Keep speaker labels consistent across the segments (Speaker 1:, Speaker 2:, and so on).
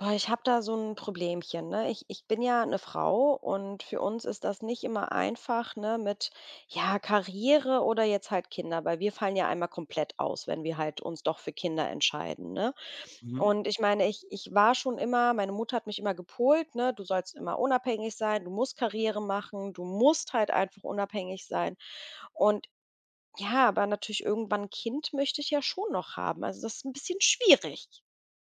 Speaker 1: Boah, ich habe da so ein Problemchen, ne? Ich bin ja eine Frau und für uns ist das nicht immer einfach, ne, ja, Karriere oder jetzt halt Kinder, weil wir fallen ja einmal komplett aus, wenn wir halt uns doch für Kinder entscheiden, ne?
Speaker 2: Mhm.
Speaker 1: Und ich meine, ich ich war schon immer meine Mutter hat mich immer gepolt, ne: „Du sollst immer unabhängig sein, du musst Karriere machen, du musst halt einfach unabhängig sein." Und ja, aber natürlich irgendwann 'n Kind möchte ich ja schon noch haben. Also, das ist ein bisschen schwierig.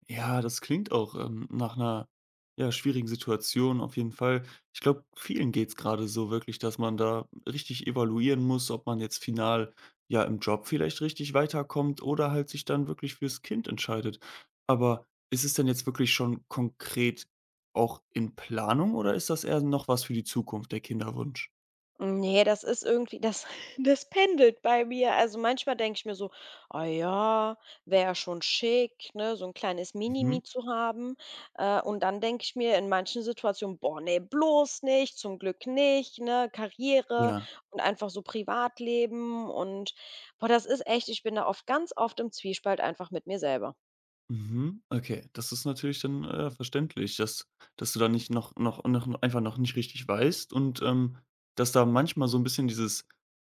Speaker 2: Ja, das klingt auch, nach einer ja, schwierigen Situation auf jeden Fall. Ich glaube, vielen geht es gerade so wirklich, dass man da richtig evaluieren muss, ob man jetzt final, ja, im Job vielleicht richtig weiterkommt oder halt sich dann wirklich fürs Kind entscheidet. Aber ist es denn jetzt wirklich schon konkret auch in Planung oder ist das eher noch was für die Zukunft, der Kinderwunsch?
Speaker 1: Nee, das ist irgendwie das das pendelt bei mir. Also, manchmal denke ich mir so: „Ah ja, wäre ja schon schick, ne, so ein kleines
Speaker 2: Mhm.
Speaker 1: Mini-Me zu haben." Und dann denke ich mir in manchen Situationen: „Boah, nee, bloß nicht, zum Glück nicht, ne, Karriere
Speaker 2: Ja.
Speaker 1: und einfach so Privatleben" und boah, das ist echt ich bin da oft ganz oft im Zwiespalt einfach mit mir selber.
Speaker 2: Mhm, okay. Das ist natürlich dann, verständlich, dass du da nicht einfach noch nicht richtig weißt und, dass da manchmal so ein bisschen dieses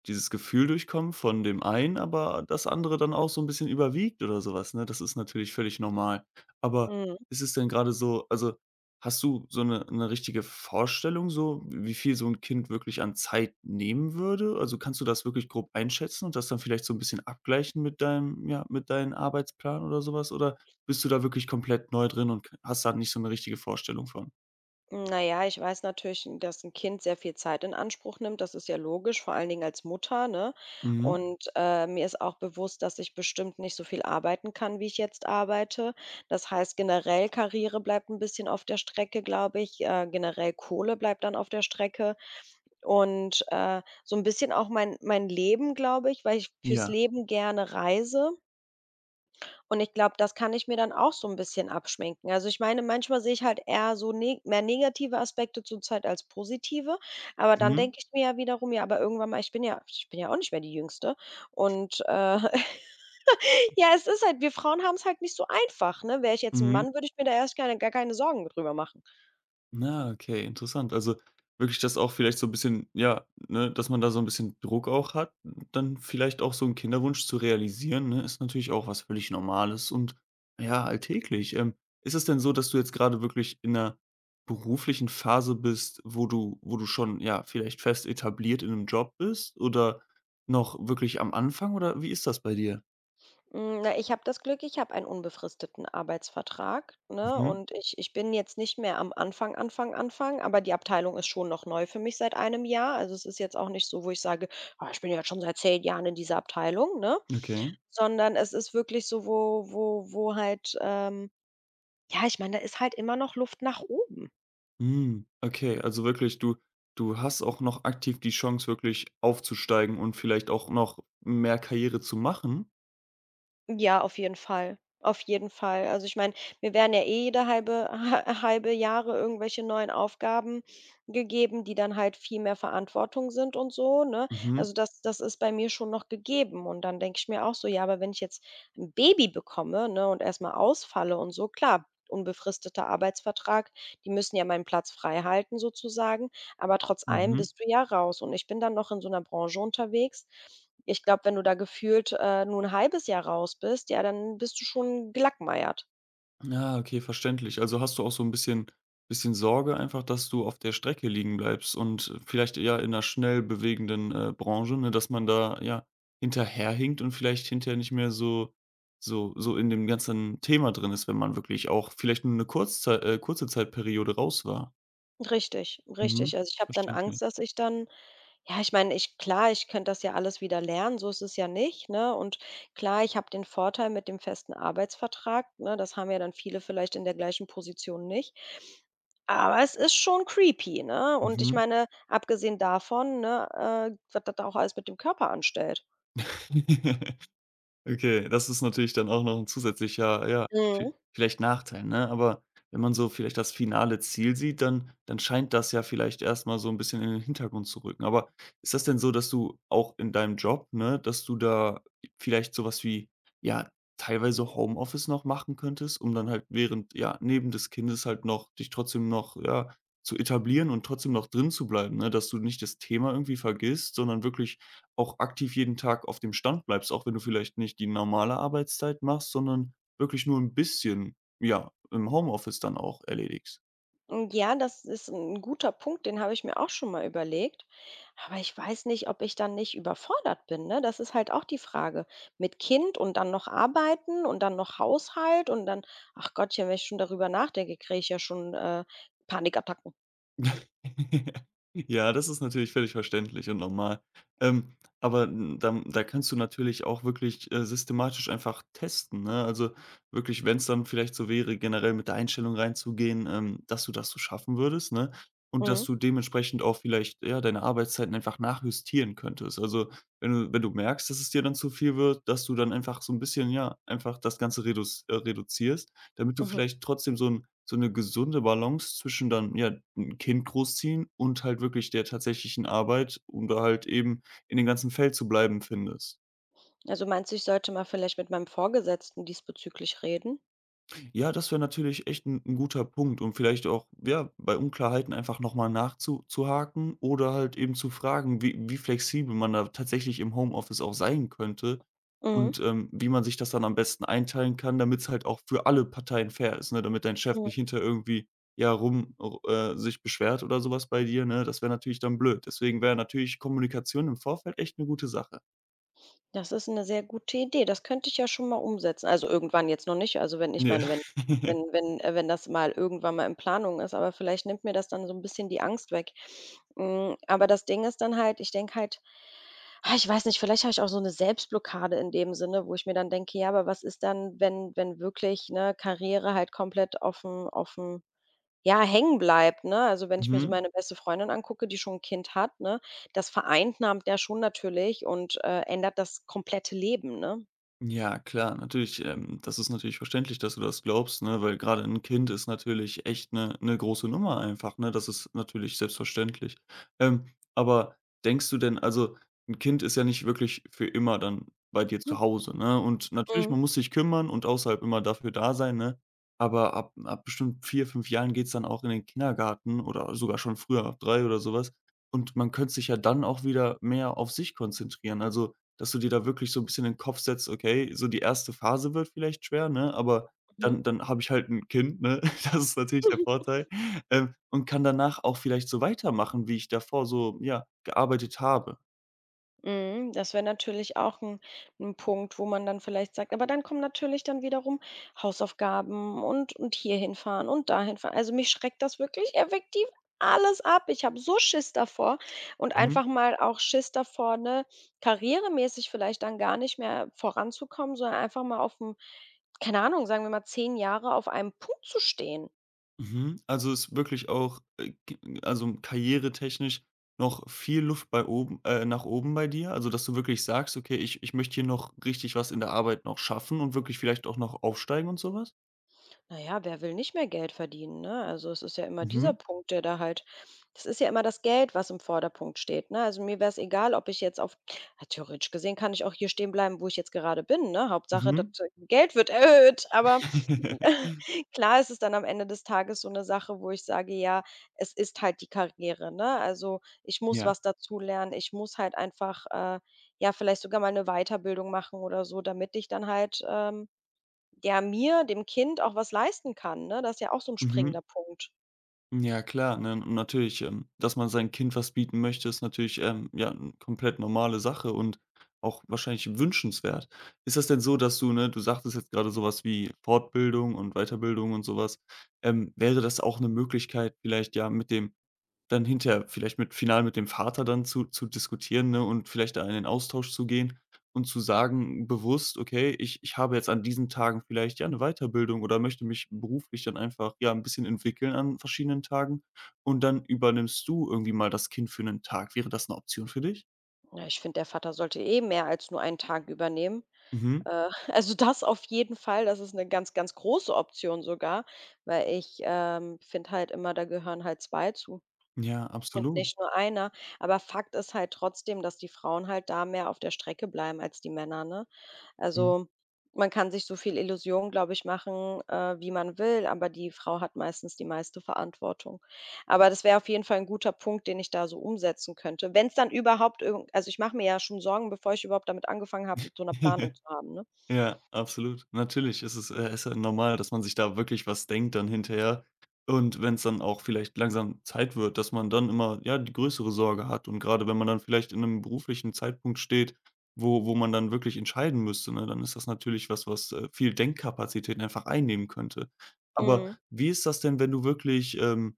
Speaker 2: dieses Gefühl durchkommt von dem einen, aber das andere dann auch so ein bisschen überwiegt oder sowas, ne? Das ist natürlich völlig normal. Aber
Speaker 1: Mhm.
Speaker 2: ist es denn gerade so also, hast du so eine 'ne richtige Vorstellung so, wie viel so ein Kind wirklich an Zeit nehmen würde? Also, kannst du das wirklich grob einschätzen und das dann vielleicht so ein bisschen abgleichen mit deinem ja, mit deinem Arbeitsplan oder sowas? Oder bist du da wirklich komplett neu drin und k hast da nicht so 'ne richtige Vorstellung von?
Speaker 1: Na ja, ich weiß natürlich, dass ein Kind sehr viel Zeit in Anspruch nimmt. Das ist ja logisch, vor allen Dingen als Mutter, ne?
Speaker 2: Mhm.
Speaker 1: Und, mir ist auch bewusst, dass ich bestimmt nicht so viel arbeiten kann, wie ich jetzt arbeite. Das heißt, generell Karriere bleibt ein bisschen auf der Strecke, glaube ich. Generell Kohle bleibt dann auf der Strecke und, so ein bisschen auch mein Leben, glaube ich, weil ich fürs
Speaker 2: Ja.
Speaker 1: Leben gerne reise. Und ich glaube, das kann ich mir dann auch so ein bisschen abschminken. Also, ich meine, manchmal sehe ich halt eher so ne mehr negative Aspekte zurzeit als positive, aber dann
Speaker 2: Mhm.
Speaker 1: denke ich mir ja wiederum: „Ja, aber irgendwann mal ich bin ja auch nicht mehr die Jüngste." Und, ja, es ist halt wir Frauen haben es halt nicht so einfach, ne? Wäre ich jetzt ein
Speaker 2: Mhm.
Speaker 1: Mann, würde ich mir da erst keine gar keine Sorgen drüber machen.
Speaker 2: Na, okay, interessant. Also, wirklich, dass auch vielleicht so 'n bisschen ja, ne, dass man da so 'n bisschen Druck auch hat, dann vielleicht auch so 'n Kinderwunsch zu realisieren, ne, ist natürlich auch was völlig Normales und, ja, alltäglich. Ist es denn so, dass du jetzt grade wirklich in 'ner beruflichen Phase bist, wo du schon, ja, vielleicht fest etabliert in 'nem Job bist oder noch wirklich am Anfang oder wie ist das bei dir?
Speaker 1: Na, ich habe das Glück, ich habe einen unbefristeten Arbeitsvertrag, ne?
Speaker 2: Mhm.
Speaker 1: Und ich bin jetzt nicht mehr am Anfang, Anfang, Anfang, aber die Abteilung ist schon noch neu für mich seit einem Jahr. Also, es ist jetzt auch nicht so, wo ich sage: „Ah, ich bin ja schon seit 10 Jahren in dieser Abteilung", ne?
Speaker 2: Okay.
Speaker 1: Sondern es ist wirklich so, wo halt, ja, ich meine, da ist halt immer noch Luft nach oben.
Speaker 2: Hm, okay, also wirklich, du hast auch noch aktiv die Chance, wirklich aufzusteigen und vielleicht auch noch mehr Karriere zu machen?
Speaker 1: Ja, auf jeden Fall. Auf jeden Fall. Also, ich meine, mir werden ja eh jede halbe halbe Jahre irgendwelche neuen Aufgaben gegeben, die dann halt viel mehr Verantwortung sind und so, ne?
Speaker 2: Mhm,
Speaker 1: Also, das ist bei mir schon noch gegeben und dann denke ich mir auch so: „Ja, aber wenn ich jetzt ein Baby bekomme, ne, und erstmal ausfalle und so", klar, unbefristeter Arbeitsvertrag, die müssen ja meinen Platz freihalten sozusagen. Aber trotz allem
Speaker 2: mhm.
Speaker 1: bist du ja raus und ich bin dann noch in so einer Branche unterwegs. Ich glaube, wenn du da gefühlt, nur 'n halbes Jahr raus bist, ja, dann bist du schon gelackmeiert.
Speaker 2: Ah, okay, verständlich. Also, hast du auch so ein bisschen Sorge einfach, dass du auf der Strecke liegen bleibst und vielleicht ja in einer schnell bewegenden, Branche, ne, dass man da, ja, hinterherhinkt und vielleicht hinterher nicht mehr so in dem ganzen Thema drin ist, wenn man wirklich auch vielleicht nur 'ne kurzzei kurze Zeitperiode raus war.
Speaker 1: Richtig,
Speaker 2: Mhm,
Speaker 1: richtig. Also, ich habe dann Angst,
Speaker 2: verständlich.
Speaker 1: dass ich dann ja, ich meine, ich klar, ich könnte das ja alles wieder lernen, so ist es ja nicht, ne? Und klar, ich habe den Vorteil mit dem festen Arbeitsvertrag, ne? Das haben ja dann viele vielleicht in der gleichen Position nicht. Aber es ist schon creepy, ne? Und ich
Speaker 2: Mhm.
Speaker 1: meine, abgesehen davon, ne, was das auch alles mit dem Körper anstellt.
Speaker 2: Okay, das ist natürlich dann auch noch ein zusätzlicher, ja, vi
Speaker 1: Mhm.
Speaker 2: vielleicht Nachteil, ne? Aber wenn man so vielleicht das finale Ziel sieht, dann scheint das ja vielleicht erst mal so ein bisschen in den Hintergrund zu rücken. Aber ist das denn so, dass du auch in deinem Job, ne, dass du da vielleicht so was wie, ja, teilweise Homeoffice noch machen könntest, um dann halt neben des Kindes halt noch dich trotzdem noch, ja, zu etablieren und trotzdem noch drin zu bleiben, ne? Dass du nicht das Thema irgendwie vergisst, sondern wirklich auch aktiv jeden Tag auf dem Stand bleibst, auch wenn du vielleicht nicht die normale Arbeitszeit machst, sondern wirklich nur ein bisschen, ja, im Homeoffice dann auch erledigst.
Speaker 1: Hm, ja, das ist ein guter Punkt, den habe ich mir auch schon mal überlegt. Aber ich weiß nicht, ob ich dann nicht überfordert bin, ne? Das ist halt auch die Frage. Mit Kind und dann noch arbeiten und dann noch Haushalt und dann ach Gottchen, wenn ich schon darüber nachdenke, kriege ich ja schon, Panikattacken.
Speaker 2: Ja, das ist natürlich völlig verständlich und normal. Ähm, aber n da da kannst du natürlich auch wirklich, systematisch einfach testen, ne? Also, wirklich, wenn es dann vielleicht so wäre, generell mit der Einstellung reinzugehen, dass du das so schaffen würdest, ne? Und dass
Speaker 1: Mhm,
Speaker 2: du dementsprechend auch vielleicht, ja, deine Arbeitszeiten einfach nachjustieren könntest. Also, wenn du merkst, dass es dir dann zu viel wird, dass du dann einfach so ein bisschen, ja, einfach das Ganze reduzierst, damit du
Speaker 1: mhm.
Speaker 2: vielleicht trotzdem so 'n so 'ne gesunde Balance zwischen dann, ja, ein Kind großziehen und halt wirklich der tatsächlichen Arbeit, um da halt eben in dem ganzen Feld zu bleiben, findest.
Speaker 1: Also, meinst du, ich sollte mal vielleicht mit meinem Vorgesetzten diesbezüglich reden?
Speaker 2: Ja, das wäre natürlich echt ein 'n guter Punkt, um vielleicht auch, ja, bei Unklarheiten einfach noch mal nachzu zu haken oder halt eben zu fragen, wie flexibel man da tatsächlich im Homeoffice auch sein könnte
Speaker 1: Mhm,
Speaker 2: und, wie man sich das dann am besten einteilen kann, damit es halt auch für alle Parteien fair ist, ne? Damit dein Chef nicht
Speaker 1: mhm.
Speaker 2: hinter irgendwie, ja, rum sich beschwert oder sowas bei dir, ne? Das wäre natürlich dann blöd. Deswegen wäre natürlich Kommunikation im Vorfeld echt eine gute Sache.
Speaker 1: Das ist eine sehr gute Idee. Das könnte ich ja schon mal umsetzen. Also, irgendwann jetzt noch nicht. Also, wenn ich
Speaker 2: Ja.
Speaker 1: meine, wenn wenn wenn äh, wenn das mal irgendwann mal in Planung ist, aber vielleicht nimmt mir das dann so ein bisschen die Angst weg. Hm, aber das Ding ist dann halt, ich denke halt ah, ich weiß nicht, vielleicht habe ich auch so eine Selbstblockade in dem Sinne, wo ich mir dann denke: „Ja, aber was ist dann, wenn wirklich, ne, Karriere halt komplett offen ja, hängen bleibt, ne? Also, wenn ich mir so
Speaker 2: Mhm.
Speaker 1: meine beste Freundin angucke, die schon ein Kind hat, ne, das vereinnahmt ja schon natürlich und, ändert das komplette Leben, ne?
Speaker 2: Ja, klar, natürlich, das ist natürlich verständlich, dass du das glaubst, ne, weil gerade ein Kind ist natürlich echt eine 'ne 'ne große Nummer einfach, ne? Das ist natürlich selbstverständlich. Ähm, aber denkst du denn also, ein Kind ist ja nicht wirklich für immer dann bei dir zu Hause, ne? Und natürlich,
Speaker 1: Mhm,
Speaker 2: man muss sich kümmern und außerhalb immer dafür da sein, ne? Aber ab bestimmt 4 5 Jahren geht's dann auch in den Kindergarten oder sogar schon früher, ab 3 oder sowas. Und man könnte sich ja dann auch wieder mehr auf sich konzentrieren. Also, dass du dir da wirklich so ein bisschen in den Kopf setzt: „Okay, so die erste Phase wird vielleicht schwer, ne, aber
Speaker 1: mhm.
Speaker 2: dann habe ich halt ein Kind, ne?" Das ist natürlich der Vorteil, und kann danach auch vielleicht so weitermachen, wie ich davor so, ja, gearbeitet habe.
Speaker 1: Mhm, das wäre natürlich auch ein 'n Punkt, wo man dann vielleicht sagt aber dann kommen natürlich dann wiederum Hausaufgaben und hier hinfahren und dahin fahren. Also, mich schreckt das wirklich effektiv alles ab. Ich habe so Schiss davor und
Speaker 2: Mhm,
Speaker 1: einfach mal auch Schiss davor, ne, karrieremäßig vielleicht dann gar nicht mehr voranzukommen, sondern einfach mal aufm keine Ahnung, sagen wir mal 10 Jahre auf einem Punkt zu stehen.
Speaker 2: mhm. Also, ist wirklich auch, g also karrieretechnisch noch viel Luft bei oben nach oben bei dir? Also, dass du wirklich sagst: „Okay, ich möchte hier noch richtig was in der Arbeit noch schaffen und wirklich vielleicht auch noch aufsteigen" und sowas.
Speaker 1: Na ja, wer will nicht mehr Geld verdienen, ne? Also, es ist ja immer dieser
Speaker 2: Mhm,
Speaker 1: Punkt, der da halt das ist ja immer das Geld, was im Vordergrund steht, ne? Also, mir wäre es egal, ob ich jetzt auf ja, theoretisch gesehen kann ich auch hier stehen bleiben, wo ich jetzt gerade bin, ne? Hauptsache, das
Speaker 2: mhm.
Speaker 1: Geld wird erhöht, aber klar ist es dann am Ende des Tages so eine Sache, wo ich sage: „Ja, es ist halt die Karriere", ne? Also, ich muss
Speaker 2: Ja,
Speaker 1: was dazu lernen, ich muss halt einfach, ja, vielleicht sogar mal eine Weiterbildung machen oder so, damit ich dann halt, der mir, dem Kind auch was leisten kann, ne? Das ist ja auch so ein
Speaker 2: mhm.
Speaker 1: springender Punkt.
Speaker 2: Ja klar, ne? Und natürlich, dass man seinem Kind was bieten möchte, ist natürlich, ja, 'n komplett normale Sache und auch wahrscheinlich wünschenswert. Ist das denn so, dass du ne, du sagtest jetzt gerade sowas wie Fortbildung und Weiterbildung und sowas? Wäre das auch eine Möglichkeit, vielleicht ja mit dem dann hinterher vielleicht mit final mit dem Vater dann zu diskutieren, ne, und vielleicht da in den Austausch zu gehen und zu sagen bewusst: „Okay, ich habe jetzt an diesen Tagen vielleicht, ja, eine Weiterbildung oder möchte mich beruflich dann einfach, ja, ein bisschen entwickeln an verschiedenen Tagen und dann übernimmst du irgendwie mal das Kind für einen Tag." Wäre das eine Option für dich?
Speaker 1: Ja, ich finde, der Vater sollte eh mehr als nur einen Tag übernehmen.
Speaker 2: Mhm.
Speaker 1: Also das auf jeden Fall, das ist eine ganz, ganz große Option sogar, weil ich, finde halt immer, da gehören halt 2 zu.
Speaker 2: Ja,
Speaker 1: Und
Speaker 2: absolut.
Speaker 1: nicht nur einer. Aber Fakt ist halt trotzdem, dass die Frauen halt da mehr auf der Strecke bleiben als die Männer, ne?
Speaker 2: Mhm.
Speaker 1: Also, man kann sich so viel Illusion, glaube ich, machen, wie man will, aber die Frau hat meistens die meiste Verantwortung. Aber das wäre auf jeden Fall ein guter Punkt, den ich da so umsetzen könnte. Wenn es dann überhaupt irgend also, ich mache mir ja schon Sorgen, bevor ich überhaupt damit angefangen habe, mit so 'ner Planung zu haben, ne?
Speaker 2: Ja, absolut. Natürlich ist ja normal, dass man sich da wirklich was denkt dann hinterher. Und wenn es dann auch vielleicht langsam Zeit wird, dass man dann immer, ja, die größere Sorge hat. Und gerade wenn man dann vielleicht in einem beruflichen Zeitpunkt steht, wo man dann wirklich entscheiden müsste, ne, dann ist das natürlich was, was, viel Denkkapazitäten einfach einnehmen könnte. Aber
Speaker 1: Mhm.
Speaker 2: wie ist das denn, wenn du wirklich,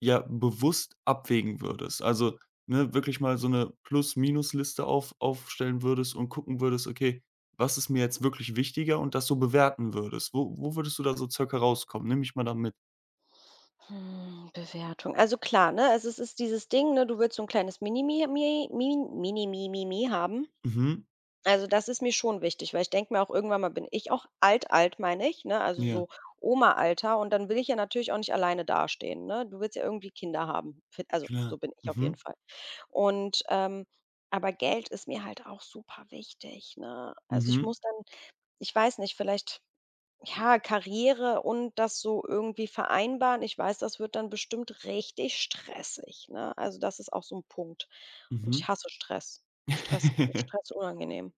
Speaker 2: ja, bewusst abwägen würdest? Also, ne, wirklich mal so eine Plus-Minus-Liste aufstellen würdest und gucken würdest: „Okay, was ist mir jetzt wirklich wichtiger und das so bewerten würdest. Wo würdest du da so circa rauskommen? Nimm mich mal da mit."
Speaker 1: Hm, Bewertung. Also, klar, ne, also, es ist dieses Ding, ne, du willst so ein kleines Mini-Mi Mi Mi mi Mi Mi haben.
Speaker 2: Mhm.
Speaker 1: Also, das ist mir schon wichtig, weil ich denke mir auch, irgendwann mal bin ich auch alt, alt, meine ich, ne, also
Speaker 2: Ja,
Speaker 1: so Oma-Alter und dann will ich ja natürlich auch nicht alleine dastehen, ne? Du willst ja irgendwie Kinder haben. Fin also, so
Speaker 2: klar.
Speaker 1: bin ich auf jeden
Speaker 2: Mhm.
Speaker 1: Fall. Und, aber Geld ist mir halt auch super wichtig, ne? Also, ich
Speaker 2: Mhm.
Speaker 1: muss dann ich weiß nicht, vielleicht, ja, Karriere und das so irgendwie vereinbaren. Ich weiß, das wird dann bestimmt richtig stressig, ne? Also, das ist auch so ein Punkt und
Speaker 2: Mhm.
Speaker 1: ich hasse Stress. Stress Stress ist unangenehm.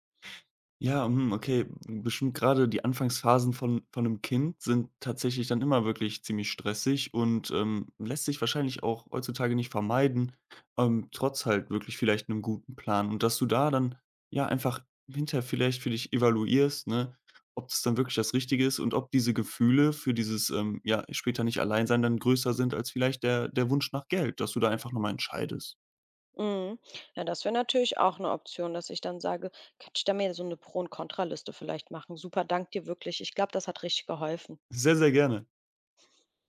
Speaker 2: Ja, hm, okay, bestimmt grade die Anfangsphasen von einem Kind sind tatsächlich dann immer wirklich ziemlich stressig und, lässt sich wahrscheinlich auch heutzutage nicht vermeiden, trotz halt wirklich vielleicht einem guten Plan. Und dass du da dann, ja, einfach hinterher vielleicht für dich evaluierst, ne, ob das dann wirklich das Richtige ist und ob diese Gefühle für dieses, ja, später nicht allein sein dann größer sind als vielleicht der Wunsch nach Geld, dass du da einfach nochmal entscheidest.
Speaker 1: Mhm. Ja, das wäre natürlich auch eine Option, dass ich dann sage: „Kannst du da mir so eine Pro und Kontraliste vielleicht machen? Super, danke dir wirklich. Ich glaube, das hat richtig geholfen."
Speaker 2: Sehr, sehr gerne.